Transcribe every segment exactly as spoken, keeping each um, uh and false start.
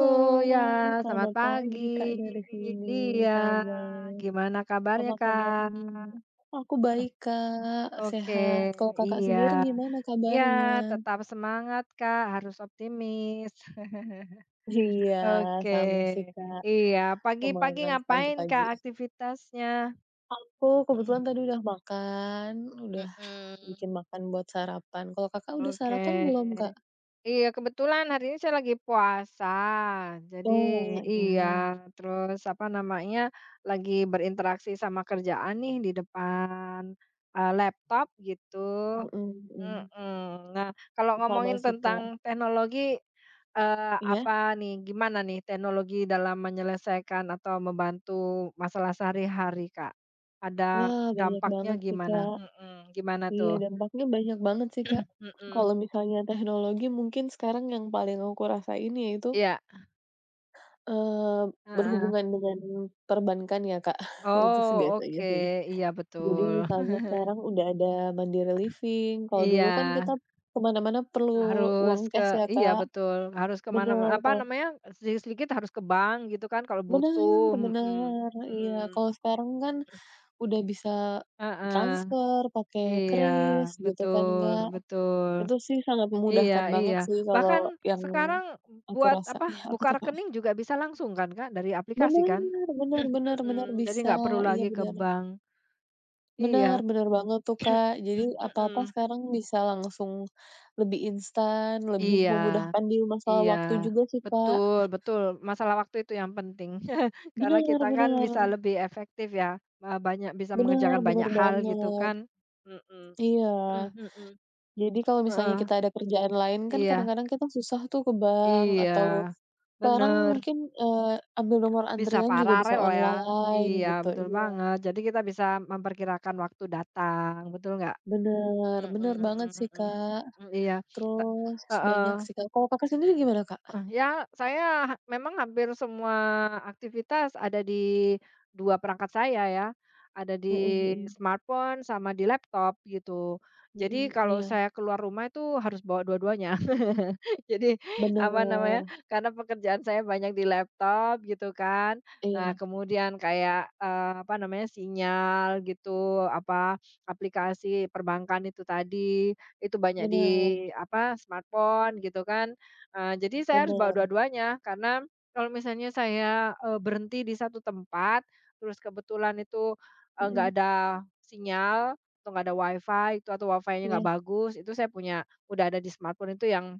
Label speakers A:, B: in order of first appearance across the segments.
A: Oh,
B: Halo,
A: ya, selamat
B: selamat pagi Kak
A: pagi.
B: dari sini,
A: Iya,
B: sama.
A: gimana kabarnya,
B: Apa kabarnya?
A: Kak?
B: Aku baik Kak,
A: Oke,
B: sehat. Kalau Kakak
A: iya.
B: sendiri gimana
A: Iya,
B: kabarnya?
A: tetap semangat, Kak, harus optimis.
B: Iya,
A: Oke,
B: sama sih Kak,
A: iya. Pagi-pagi
B: semangat
A: ngapain, Kak,
B: pagi-pagi.
A: aktivitasnya?
B: Aku kebetulan tadi udah makan, udah
A: Mhm,
B: bikin makan buat sarapan. Kalau Kakak udah
A: oke.
B: sarapan belum Kak?
A: Iya, kebetulan hari ini saya lagi puasa. Jadi
B: Oh, nggak ya?
A: iya, terus apa namanya, lagi berinteraksi sama kerjaan nih di depan, eee, laptop gitu,
B: Mhm mhm.
A: mhm. Nah, kalau
B: Sama
A: ngomongin
B: sih Kak.
A: tentang teknologi, eee,
B: Iya?
A: apa nih, gimana nih teknologi dalam menyelesaikan atau membantu masalah sehari-hari, Kak? Ada
B: Wah, banyak
A: dampaknya
B: banget sih
A: gimana?
B: Kak.
A: Mhm, gimana
B: Iya,
A: tuh?
B: dampaknya banyak banget sih, Kak.
A: Mhm,
B: Kalau misalnya teknologi mungkin sekarang yang paling aku rasain yaitu,
A: iya,
B: eee,
A: heeh.
B: berhubungan dengan perbankan ya, Kak. Itu sih
A: Oh,
B: biasanya
A: oke.
B: sih.
A: Iya,
B: Jadi
A: betul.
B: misalnya sekarang udah ada Mandiri Living, kalau dulu
A: Iya,
B: kan kita kemana mana perlu
A: harus
B: uang cash
A: ke
B: ya,
A: iya,
B: Kak.
A: betul. Harus ke mana
B: Bener,
A: apa
B: kalau
A: namanya, sedikit-sedikit harus ke bank gitu kan kalau
B: bener
A: butuh, mhm,
B: bener, iya.
A: mhm.
B: Kalau sekarang kan udah bisa
A: Heeh.
B: transfer pakai
A: Iya,
B: kris gitu kan,
A: betul
B: Kak.
A: betul.
B: Itu sih sangat
A: Iya
B: memudahkan banget
A: iya.
B: sih
A: Bahkan
B: kalau yang
A: sekarang
B: aku
A: buat
B: rasa.
A: apa,
B: Iya, apa
A: buka
B: tuh, Kak?
A: rekening juga bisa langsung kan, Kak, dari aplikasi
B: Benar
A: kan?
B: benar benar benar
A: Mhm, jadi
B: bisa.
A: nggak perlu
B: Iya,
A: lagi ke
B: benar
A: bank.
B: benar
A: Iya.
B: benar banget tuh, Kak. Jadi apa-apa
A: Mhm.
B: sekarang bisa langsung lebih instan, lebih
A: Iya.
B: memudahkan di masalah
A: Iya,
B: waktu juga sih, Kak.
A: betul betul, masalah waktu itu yang penting. Karena
B: Benar
A: kita kan
B: benar
A: bisa lebih efektif ya, eee, banyak bisa
B: benar
A: mengerjakan banyak
B: benar
A: hal gitu
B: banget.
A: kan. Mhm,
B: Iya.
A: mhm,
B: Jadi kalau misalnya
A: heeh,
B: kita ada kerjaan lain kan
A: iya
B: kadang-kadang kita susah tuh ke bank atau
A: iya,
B: sekarang
A: bener,
B: mungkin, eee, ambil nomor
A: bisa
B: antrian juga bisa
A: paralel ya.
B: online
A: Iya,
B: gitu,
A: betul
B: iya. Iya.
A: banget, jadi kita bisa memperkirakan waktu datang, betul nggak?
B: Bener
A: Mhm
B: bener
A: mhm
B: banget
A: mhm,
B: sih, Kak.
A: mmm, iya, te
B: Terus
A: heeh.
B: banyak sih, Kak. Kalau Kakak sendiri gimana, Kak?
A: Heeh, ya saya ha memang hampir semua aktivitas ada di dua perangkat saya ya, ada di
B: Mhm mhm.
A: smartphone sama di laptop gitu.
B: Mhm,
A: Jadi kalau
B: iya.
A: saya keluar rumah itu harus bawa dua-duanya. Jadi, apa namanya,
B: Bener.
A: karena pekerjaan saya banyak di laptop gitu kan. Nah
B: Iya.
A: kemudian kayak, eee, apa namanya, sinyal gitu, apa, aplikasi perbankan itu tadi, itu banyak di
B: Bener
A: apa, smartphone gitu kan. Eee, jadi saya harus bawa
B: bener.
A: dua-duanya karena kalau misalnya saya, eee, berhenti di satu tempat, terus kebetulan itu, eee, nggak
B: Mhm.
A: ada sinyal atau nggak ada WiFi itu atau WiFi-nya
B: Iya.
A: nggak bagus, itu saya punya udah ada di smartphone itu yang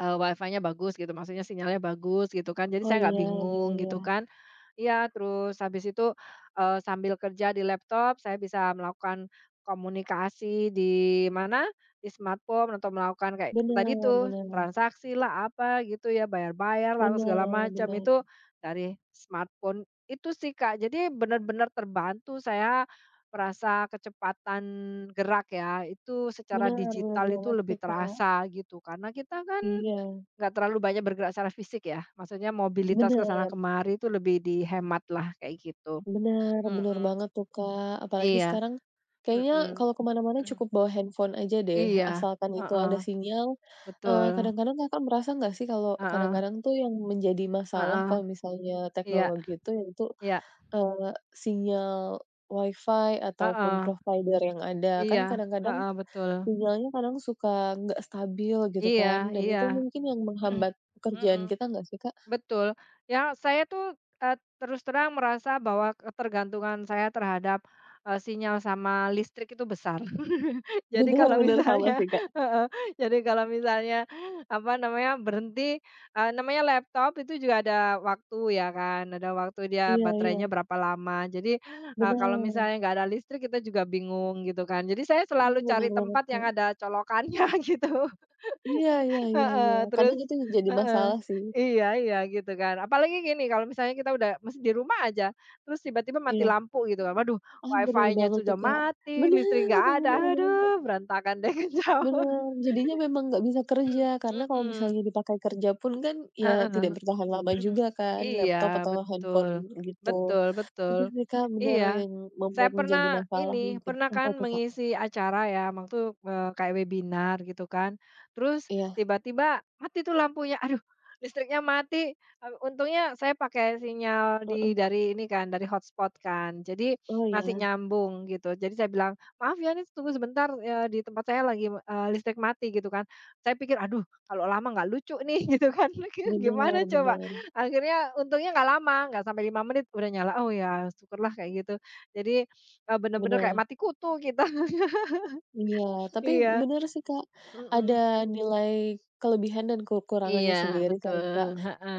A: Eee, wi nya bagus gitu, maksudnya sinyalnya bagus gitu kan, jadi
B: Oh,
A: saya nggak
B: iya iya
A: bingung
B: iya.
A: gitu kan. Iya, terus habis itu, eee, sambil kerja di laptop saya bisa melakukan komunikasi di mana, di smartphone atau melakukan kayak tadi
B: Bener
A: tuh,
B: bener.
A: transaksi lah apa gitu ya, bayar bayar apa segala
B: Bener
A: macam
B: bener.
A: itu dari smartphone itu sih, Kak. Jadi benar-benar terbantu saya merasa kecepatan gerak ya, itu secara
B: Bener bener
A: digital itu
B: banget
A: lebih
B: sih, Kak.
A: terasa gitu, karena kita kan
B: Iya.
A: nggak terlalu banyak bergerak secara fisik ya, maksudnya mobilitas ke sana
B: Bener.
A: kemari itu lebih dihemat lah kayak gitu.
B: Benar benar
A: Mhm.
B: banget tuh, Kak. Apalagi
A: Iya,
B: sekarang kayaknya
A: mhm,
B: kalau kemana mana
A: Mhm.
B: cukup bawa handphone aja deh,
A: Iya,
B: asalkan itu
A: heeh,
B: ada sinyal. Eee,
A: betul,
B: kadang-kadang Kakak merasa nggak sih kalau
A: heeh
B: kadang-kadang tuh yang menjadi masalah
A: heeh,
B: kalau misalnya
A: iya
B: teknologi itu yaitu,
A: iya,
B: eee, sinyal WiFi ataupun
A: heeh,
B: provider yang ada. Kan
A: iya,
B: kadang-kadang
A: heeh, betul,
B: sinyalnya kadang suka nggak stabil gitu kan,
A: iya
B: dan
A: iya,
B: itu mungkin yang menghambat pekerjaan
A: mhm.
B: kita nggak sih, Kak?
A: Betul. Ya, saya tuh, eee, terus terang merasa bahwa ketergantungan saya terhadap, eee, sinyal sama listrik itu besar. Jadi kalau
B: Benar-benar sama
A: misalnya
B: sih, Kak.
A: heeh, jadi kalau misalnya, apa namanya, berhenti, eee, namanya laptop itu juga ada waktu ya kan, ada waktu dia
B: Iya iya,
A: baterainya berapa lama. Jadi, eee, kalau
B: benar
A: misalnya nggak ada listrik kita juga bingung gitu kan. Jadi saya selalu cari
B: benar banget,
A: tempat yang
B: Kak.
A: ada colokannya gitu.
B: Iya
A: Kan
B: iya iya iya,
A: heeh, terus
B: kadang itu jadi
A: heeh,
B: masalah sih.
A: iya iya gitu kan. Apalagi gini, kalau misalnya kita udah masih di rumah aja, terus tiba-tiba mati
B: Iya,
A: lampu gitu kan, waduh
B: ah, bener
A: WiFi-nya
B: banget
A: sudah
B: tuh, Kak.
A: mati,
B: Bener
A: listrik nggak ada,
B: bener banget,
A: aduh berantakan deh kacau.
B: bener. Jadinya memang nggak bisa
A: Mhm,
B: kerja, karena kalau
A: heeh.
B: misalnya dipakai kerja pun kan, ya
A: Heeh.
B: tidak bertahan lama juga kan
A: Iya,
B: laptop atau handphone
A: betul.
B: gitu.
A: Betul betul.
B: Itu sih, Kak, bener
A: Iya.
B: yang
A: Saya
B: membuat menjadi
A: pernah
B: masalah
A: ini,
B: mungkin.
A: pernah
B: Apa
A: kan
B: tuh, Kak?
A: mengisi acara ya, waktu, eee, kayak webinar gitu kan, terus
B: Iya,
A: tiba-tiba mati tuh lampunya, aduh listriknya mati, eee, untungnya saya pakai sinyal
B: heeh.
A: di dari ini kan, dari hotspot kan, jadi
B: Oh,
A: masih
B: iya,
A: nyambung gitu. Jadi saya bilang, "Maaf ya nih tunggu sebentar, eee, di tempat saya lagi, eee, listrik mati," gitu kan. Saya pikir, "Aduh kalau lama nggak lucu nih," gitu kan,
B: bener
A: gimana coba.
B: bener
A: Akhirnya untungnya nggak lama, nggak sampai lima menit udah nyala, oh ya syukurlah kayak gitu. Jadi, eee, bener-bener kayak
B: bener.
A: mati kutu kita.
B: Iya, tapi
A: Iya,
B: bener sih, Kak, ada
A: mhm.
B: nilai kelebihan dan
A: Iya
B: kekurangannya sendiri kan,
A: betul,
B: Kak.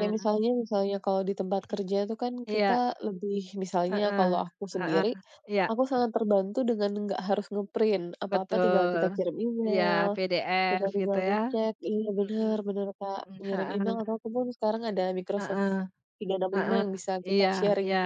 B: Kayak misalnya misalnya kalau di tempat kerja itu kan kita
A: Iya,
B: lebih misalnya
A: heeh,
B: kalau aku
A: heeh,
B: sendiri,
A: iya
B: aku sangat terbantu dengan nggak harus ngeprint apa-apa tinggal
A: betul.
B: kita kirim
A: Iya
B: email, kita
A: P D F gitu
B: tinggal
A: ya,
B: ngecek iya
A: mhm,
B: bener bener, Kak, ngirim
A: heeh,
B: email atau ataupun sekarang ada Microsoft
A: heeh,
B: tiga enam lima
A: heeh.
B: yang bisa kita
A: Iya
B: sharing
A: iya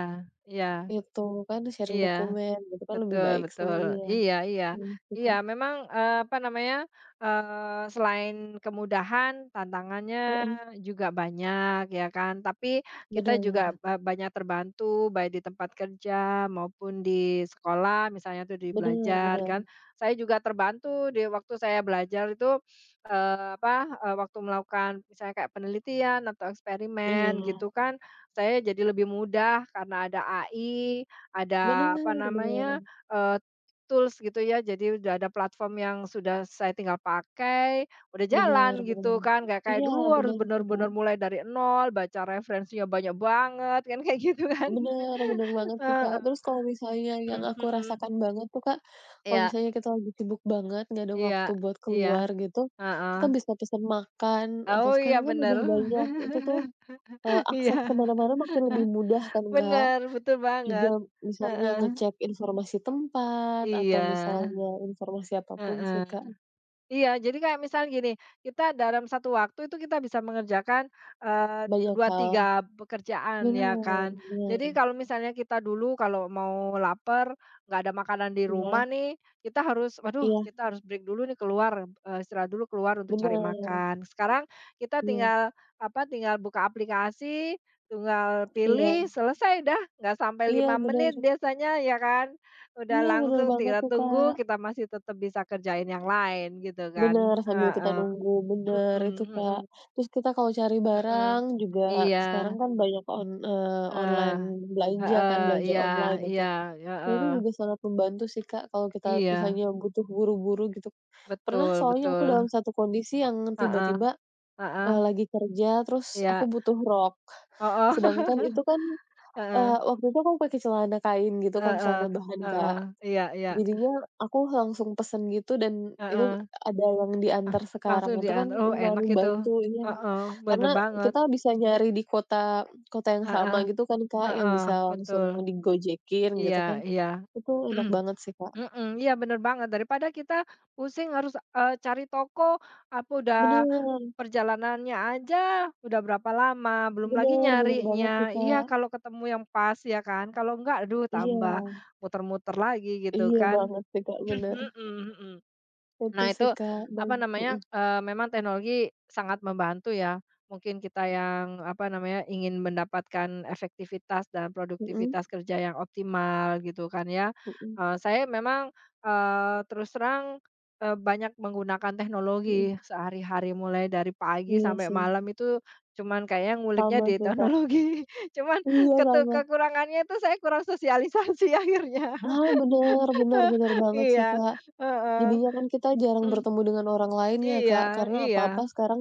A: iya
B: itu kan, sharing
A: iya.
B: dokumen gitu kan lebih
A: Betul
B: baik
A: betul.
B: sebenarnya.
A: Iya iya.
B: Iya sih,
A: Iya
B: Kak.
A: memang, eee, apa namanya, eee, selain kemudahan tantangannya
B: Mhm,
A: juga banyak ya kan, tapi kita juga
B: bener.
A: ba banyak terbantu baik di tempat kerja maupun di sekolah misalnya tuh di
B: Bener
A: belajar
B: bener,
A: kan. Saya juga terbantu di waktu saya belajar itu, eee, apa, eee, waktu melakukan misalnya kayak penelitian atau
B: oh,
A: eksperimen
B: iya.
A: gitu kan, saya jadi lebih mudah karena ada A I,
B: Bener
A: ada apa namanya,
B: bener,
A: Eee, tools gitu ya, jadi udah ada platform yang sudah saya tinggal pakai, udah
B: bener
A: jalan
B: bener.
A: gitu kan, nggak kayak
B: Iya,
A: dulu harus
B: bener sih, Kak.
A: benar-benar mulai dari nol, baca referensinya banyak banget, kan kayak gitu kan.
B: Bener bener banget sih, Kak.
A: Heeh,
B: Terus kalau misalnya yang aku
A: mhm.
B: rasakan banget tuh, Kak, kalau
A: Iya
B: misalnya kita lagi sibuk banget, nggak ada
A: iya
B: waktu buat
A: iya,
B: keluar gitu,
A: heeh.
B: kita bisa pesan makan atau
A: Oh iya
B: sekarang kan
A: bener.
B: udah banyak, itu tuh, eee,
A: Iya,
B: akses ke mana-mana makin lebih mudah kan, Kak.
A: bener, betul
B: Juga
A: banget.
B: misalnya
A: Heeh,
B: ngecek informasi tempat atau
A: iya,
B: misalnya informasi apa pun
A: heeh.
B: sih, Kak.
A: Iya, jadi kayak misalnya gini, kita dalam satu waktu itu kita bisa mengerjakan, eee,
B: Banyak
A: dua,
B: hal.
A: tiga pekerjaan
B: Bener
A: ya kan. Jadi
B: bener,
A: kalau misalnya kita dulu kalau mau lapar, nggak ada makanan di
B: iya.
A: rumah nih, kita harus, "Waduh,
B: Iya,
A: kita harus break dulu nih keluar, eee, istirahat dulu keluar untuk cari
B: bener.
A: makan." Sekarang kita
B: Iya
A: tinggal, apa, tinggal buka aplikasi, tinggal
B: iya
A: pilih, selesai dah, nggak sampai
B: iya,
A: lima menit
B: bener.
A: biasanya ya kan. Udah
B: Iya, bener
A: langsung
B: banget
A: tinggal
B: tuh, Kak.
A: tunggu, kita masih tetap bisa kerjain yang lain gitu kan,
B: Bener, sambil kita
A: heeh,
B: nunggu, bener
A: mhm
B: itu, Kak.
A: mhm
B: Terus kita kalau cari
A: mhm.
B: barang juga
A: Iya,
B: sekarang kan banyak on eee,
A: eee,
B: online belanja kan,
A: heeh,
B: belanja
A: iya
B: online itu.
A: iya,
B: Nah, itu
A: heeh,
B: juga sangat membantu sih, Kak, kalau kita
A: iya,
B: misalnya butuh buru-buru gitu. Pernah
A: betul
B: soalnya aku
A: betul,
B: dalam satu kondisi yang
A: heeh
B: tiba-tiba,
A: heeh,
B: eee, lagi kerja terus aku
A: iya,
B: butuh rok,
A: heeh,
B: sedangkan itu kan,
A: heeh
B: eee, waktu itu aku pakai celana kain gitu kan,
A: heeh
B: celana bahan, Kak.
A: heeh, iya iya,
B: Jadinya aku langsung pesen gitu dan itu
A: heeh,
B: ada yang
A: ah,
B: diantar sekarang
A: langsung
B: itu kan
A: diantar, oh
B: lumayan
A: enak itu,
B: membantu, iya.
A: heeh,
B: Karena
A: bener banget,
B: kita bisa nyari di kota kota yang sama
A: heeh
B: gitu kan, Kak, yang
A: heeh,
B: bisa langsung
A: betul,
B: digojekin
A: iya
B: gitu kan.
A: iya.
B: Itu enak banget sih, Kak.
A: Mhm, iya bener banget daripada kita pusing harus, eee, cari toko, apa udah
B: Bener
A: perjalanannya aja udah berapa lama, belum lagi
B: bener bener banget sih,
A: nyarinya. Iya
B: Kak.
A: kalau ketemu yang pas ya kan, kalau enggak aduh
B: Iya
A: tambah muter-muter lagi gitu
B: iya
A: kan.
B: banget sih, Kak, bener.
A: Mhm mhm.
B: Itu
A: Nah itu,
B: sih, Kak,
A: apa
B: baik
A: namanya,
B: mhm
A: eee, memang teknologi sangat membantu ya. Mungkin kita yang, apa namanya, ingin mendapatkan efektivitas dan
B: mhm
A: produktivitas kerja yang optimal gitu kan ya.
B: mhm
A: Eee, saya memang, eee, terus terang, eee, banyak menggunakan
B: mhm.
A: teknologi sehari-hari mulai dari pagi
B: Iya
A: sampai
B: sih,
A: malam itu cuman kayaknya nguliknya
B: sama
A: di
B: sih, Kak.
A: teknologi. Cuman
B: Iya
A: ketu
B: sama.
A: kekurangannya itu saya kurang sosialisasi akhirnya.
B: Ah, bener bener bener banget sih,
A: Iya,
B: Kak.
A: heeh.
B: Jadinya kan kita jarang bertemu dengan orang lain ya,
A: Iya
B: Kak, karena
A: iya,
B: apa-apa sekarang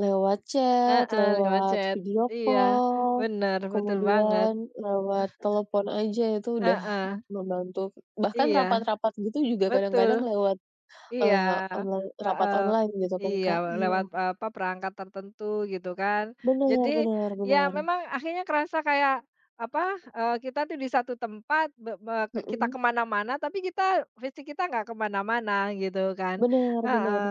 B: lewat chat,
A: heeh, lewat
B: lewat
A: chat.
B: video
A: Iya,
B: call,
A: benar, betul banget.
B: kemudian lewat telepon aja itu udah
A: Heeh,
B: membantu. Bahkan
A: iya,
B: rapat-rapat gitu juga kadang-kadang
A: betul.
B: lewat,
A: Iya,
B: eee, online rapat
A: heeh,
B: online gitu kan,
A: iya
B: Kak. Iya,
A: lewat, apa, perangkat tertentu gitu kan. Jadi
B: bener bener
A: ya
B: bener.
A: memang akhirnya kerasa kayak apa, eee, kita tuh di satu tempat be be ke kita
B: Mhm,
A: kemana mana tapi kita fisik kita nggak kemana mana gitu kan,
B: bener bener.
A: heeh.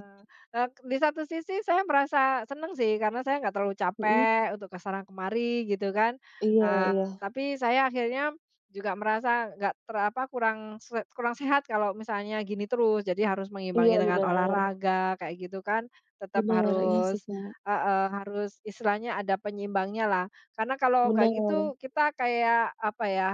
A: Eee, di satu sisi saya merasa seneng sih karena saya nggak terlalu
B: Mhm,
A: capek untuk kesana kemari gitu kan,
B: iya
A: eee,
B: iya.
A: tapi saya akhirnya juga merasa nggak ter apa, kurang se kurang sehat kalau misalnya gini terus. Jadi harus
B: Iya
A: mengimbangi dengan
B: bener,
A: olahraga kayak gitu kan, tetap
B: bener, iya sih,
A: harus
B: Kak.
A: heeh, harus istilahnya ada penyeimbangnya lah. Karena kalau nggak
B: Bener,
A: gitu kita kayak apa ya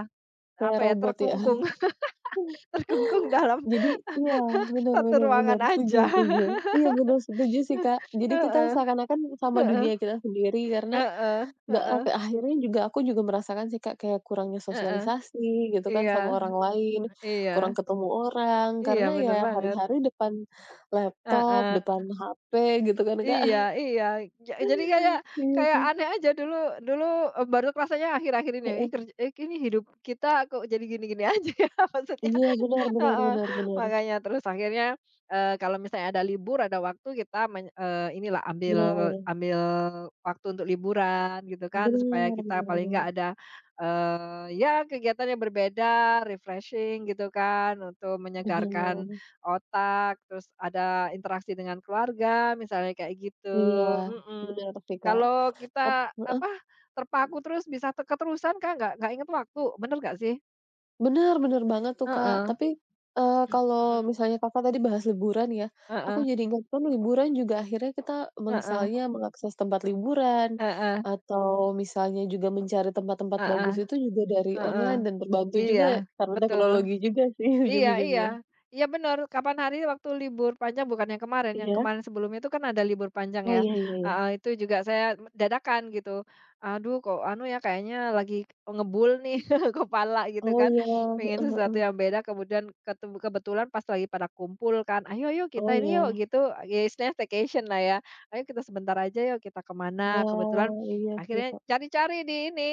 B: kayak
A: apa ya,
B: robot ya.
A: terkungkung terkungkung dalam
B: Jadi iya, benar
A: satu
B: benar
A: ruangan
B: benar setuju
A: aja.
B: setuju. Iya benar setuju sih, Kak. Jadi kita
A: Heeh
B: seakan-akan sama
A: heeh
B: dunia kita sendiri karena
A: heeh
B: nggak
A: heeh
B: ak akhirnya juga aku juga merasakan sih, Kak, kayak kurangnya
A: heeh.
B: sosialisasi gitu kan sama
A: Iya
B: orang lain, kurang
A: iya
B: ketemu orang,
A: iya,
B: karena ya
A: bener banget.
B: hari-hari depan laptop,
A: Heeh.
B: depan H P gitu kan, Kak.
A: Iya iya, ja jadi kayak
B: Iya
A: kayak
B: sih,
A: aneh aja dulu dulu, eee, baru rasanya akhir-akhir ini ya, ih
B: heeh.
A: kerj eh, ini hidup kita kok jadi gini-gini aja ya maksudnya.
B: Iya, benar benar
A: Heeh,
B: benar benar
A: makanya terus akhirnya, eee, kalau misalnya ada libur, ada waktu kita men eee, inilah ambil
B: benar
A: ambil waktu untuk liburan gitu kan, supaya
B: benar
A: kita
B: benar
A: paling nggak
B: benar
A: ada, eee, ya kegiatan yang berbeda, refreshing gitu kan, untuk menyegarkan
B: Bener.
A: otak, terus ada interaksi dengan keluarga, misalnya kayak gitu,
B: Iya,
A: mhm.
B: benar sih, Kak.
A: Kalau
B: Tap
A: kita, apa, terpaku terus bisa te keterusan kan nggak nggak inget waktu, bener nggak sih?
B: Bener bener banget tuh, Kak.
A: Heeh,
B: Tapi, eee, kalau
A: mhm,
B: misalnya Kakak tadi bahas liburan ya, aku
A: heeh.
B: jadi ingat kan liburan juga akhirnya kita
A: Heeh
B: misalnya mengakses tempat liburan,
A: heeh
B: atau misalnya juga mencari tempat-tempat
A: heeh
B: bagus itu juga dari
A: heeh.
B: online dan terbantu
A: Iya,
B: juga karena
A: betul.
B: teknologi juga sih
A: Iya iya.
B: ujung-ujungnya.
A: Iya benar kapan hari waktu libur panjang bukan yang kemarin, yang
B: Iya?
A: kemarin sebelumnya itu kan ada libur panjang
B: Oh,
A: ya,
B: iya iya iya.
A: heeh, itu juga saya dadakan gitu, aduh kok anu ya kayaknya lagi ngebul nih kepala gitu
B: Oh,
A: kan,
B: iya,
A: pengen
B: heeh
A: sesuatu
B: heeh.
A: yang beda kemudian ketu kebetulan pas lagi pada kumpul kan, "Ayo yuk kita
B: Oh,
A: ini yuk,"
B: iya.
A: gitu, ya istilahnya staycation lah ya, "Ayo kita sebentar aja yuk kita kemana kebetulan
B: Wah, iya sih,
A: akhirnya
B: Kak.
A: cari-cari di ini,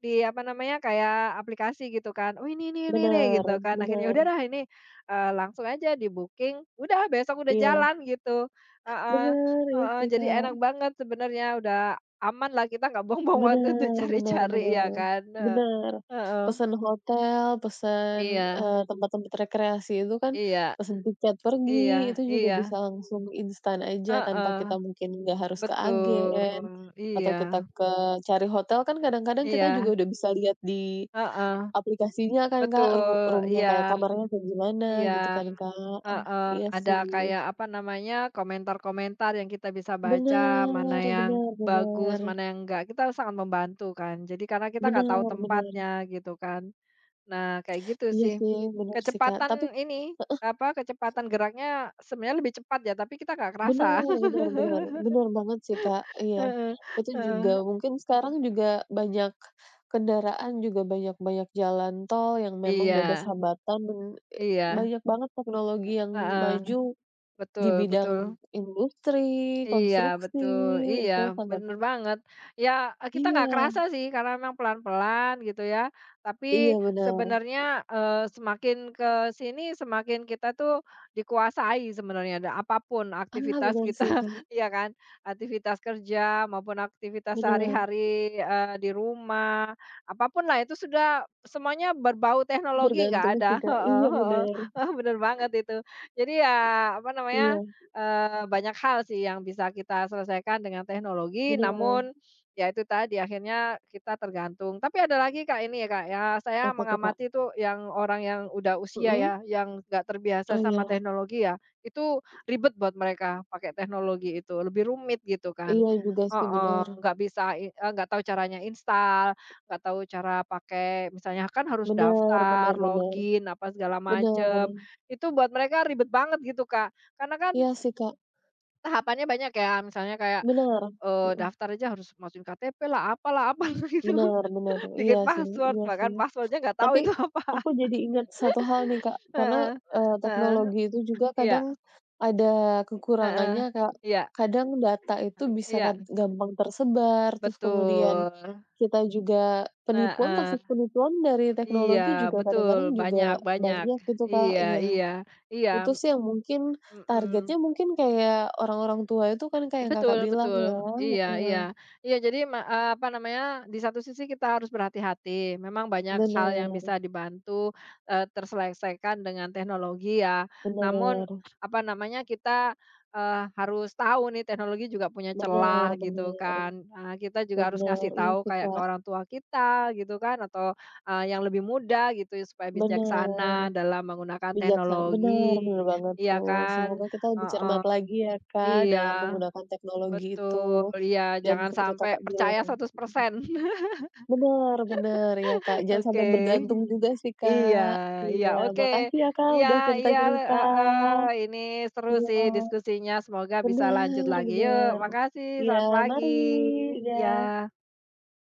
A: di apa namanya, kayak aplikasi gitu kan, "Oh ini ini ini ini,"
B: Bener
A: gitu kan. Akhirnya
B: bener.
A: udahlah ini, eee, langsung aja di-booking, udah besok udah
B: Iya.
A: jalan gitu. Heeh
B: Bener, iya
A: heeh,
B: sih,
A: jadi enak
B: Kak.
A: banget sebenarnya, udah aman lah kita nggak buang-buang waktu untuk
B: Bener bener
A: cari-cari
B: bener
A: ya kan, heeh.
B: bener.
A: Heeh.
B: Pesen hotel, pesen,
A: Iya
B: eee, tempat-tempat rekreasi itu kan,
A: iya
B: pesen tiket pergi,
A: iya
B: itu juga
A: iya,
B: bisa langsung instan aja tanpa kita
A: heeh,
B: mungkin nggak harus ke agen,
A: betul,
B: atau
A: iya
B: kita ke cari hotel kan kadang-kadang kita juga
A: iya,
B: udah bisa lihat di
A: heeh,
B: aplikasinya kan Kak, ru
A: betul,
B: room-nya kayak
A: iya
B: kamarnya kayak gimana gitu
A: iya.
B: kan Kak. Ah,
A: Heeh,
B: iya
A: ada
B: sih.
A: kayak apa namanya, komentar-komentar yang kita bisa baca, mana
B: Bener
A: yang
B: bener
A: bagus,
B: bener.
A: mana yang enggak, kita sangat membantu kan. Jadi karena kita nggak
B: Bener
A: tahu
B: bener.
A: tempatnya gitu kan. Nah, kayak gitu
B: Iya
A: sih.
B: sih, bener sih Kak. Tapi
A: Kecepatan ini, apa, kecepatan geraknya sebenarnya lebih cepat ya, tapi kita nggak
B: Bener
A: kerasa.
B: bener bener, bener banget sih, Kak, iya.
A: Heeh,
B: Itu juga
A: heeh.
B: mungkin sekarang juga banyak kendaraan, juga banyak-banyak jalan tol yang memang
A: Iya,
B: bebas hambatan dan, eee,
A: iya,
B: banyak banget teknologi yang
A: heeh,
B: maju di
A: betul
B: bidang
A: betul.
B: industri,
A: Iya
B: konstruksi,
A: betul, iya
B: itu sangat
A: bener banget. Ya, eee, kita nggak kerasa
B: iya
A: sih karena memang pelan-pelan gitu ya, tapi
B: iya bener.
A: sebenarnya, eee, semakin ke sini semakin kita tuh dikuasai sebenarnya ada apapun
B: Ah,
A: aktivitas
B: bener
A: kita,
B: sih, Kak,
A: iya kan? Aktivitas kerja maupun aktivitas
B: bener.
A: sehari-hari, eee, di rumah, apapun lah itu sudah semuanya berbau teknologi nggak
B: Bergantung
A: ada
B: sih, Kak,
A: heeh
B: iya
A: heeh,
B: bener,
A: heeh, bener banget itu. Jadi ya, apa namanya,
B: iya,
A: Eee, banyak hal sih yang bisa kita selesaikan dengan teknologi,
B: bener.
A: namun ya itu tadi akhirnya kita tergantung. Tapi ada lagi Kak ini ya Kak, ya saya
B: Apa tuh, Kak?
A: mengamati tuh yang orang yang udah usia
B: Mhm?
A: ya, yang nggak
B: Oh,
A: terbiasa sama
B: iya
A: teknologi ya, itu ribet buat mereka pakai teknologi itu, lebih rumit gitu kan.
B: iya juga sih,
A: Heeh,
B: bener.
A: nggak bisa i eee, nggak tahu caranya install, nggak tahu cara pakai misalnya kan harus
B: Bener
A: daftar,
B: Bener bener kan?
A: login, apa segala macem
B: Bener.
A: itu buat mereka ribet banget gitu Kak. Karena kan
B: Iya sih, Kak,
A: tahapannya banyak ya, misalnya kayak,
B: bener,
A: eee,
B: mhm,
A: daftar aja harus masukin K T P-lah, apalah apalah gitu,
B: bener bener, iya
A: bikin
B: sih
A: password,
B: iya
A: bahkan
B: sih.
A: password-nya nggak tahu
B: Tapi
A: itu apa.
B: aku jadi ingat satu hal nih, Kak, karena,
A: Heeh,
B: eee,
A: heeh,
B: teknologi itu juga
A: iya,
B: kadang ada kekurangannya,
A: heeh,
B: Kak.
A: iya
B: Kadang data itu bisa
A: iya,
B: kan gampang tersebar, terus kemudian
A: betul,
B: kita juga penipuan
A: heeh,
B: kasus penipuan dari
A: iya,
B: teknologi juga kadang-kadang
A: betul,
B: juga
A: banyak banyak,
B: banyak gitu, Kak,
A: iya
B: iya.
A: iya iya,
B: Itu sih yang mungkin
A: mhm.
B: targetnya mungkin kayak orang-orang tua itu kan kayak yang Kakak
A: Betul
B: bilang ya,
A: betul. Iya iya.
B: heeh,
A: Iya jadi ma eee, apa namanya, di satu sisi kita harus berhati-hati, memang banyak hal yang
B: bener
A: bisa dibantu, eee, terselesaikan dengan teknologi ya. Namun,
B: bener
A: apa namanya, kita, eee, harus tahu nih teknologi juga punya
B: bener
A: celah gitu
B: bener
A: kan. Eee, kita juga harus
B: bener,
A: ngasih
B: iya
A: tahu
B: sih
A: kayak ke
B: Kak,
A: orang tua kita gitu kan atau, eee, yang lebih muda gitu ya supaya
B: bener,
A: bijaksana dalam menggunakan
B: bijaksana bener
A: teknologi,
B: bener banget
A: iya
B: tuh,
A: kan?
B: semoga kita lebih
A: Heeh,
B: cermat lagi ya Kak dalam
A: iya.
B: menggunakan teknologi itu,
A: Betul, iya,
B: dan
A: jangan
B: seperti
A: sampai
B: Kakak
A: percaya
B: bilang
A: seratus persen.
B: bener bener, iya Kak, jangan sampai
A: Oke.
B: bergantung juga sih
A: Iya
B: Kak,
A: iya,
B: iya,
A: oke.
B: makasih ya Kak
A: Iya
B: udah
A: iya,
B: cerita-cerita,
A: heeh, ini seru sih
B: iya.
A: diskusinya, semoga bisa lanjut
B: Bener
A: lagi. Yuk,
B: bener.
A: makasih,
B: Iya,
A: selamat pagi.
B: mari, iya.
A: Ya.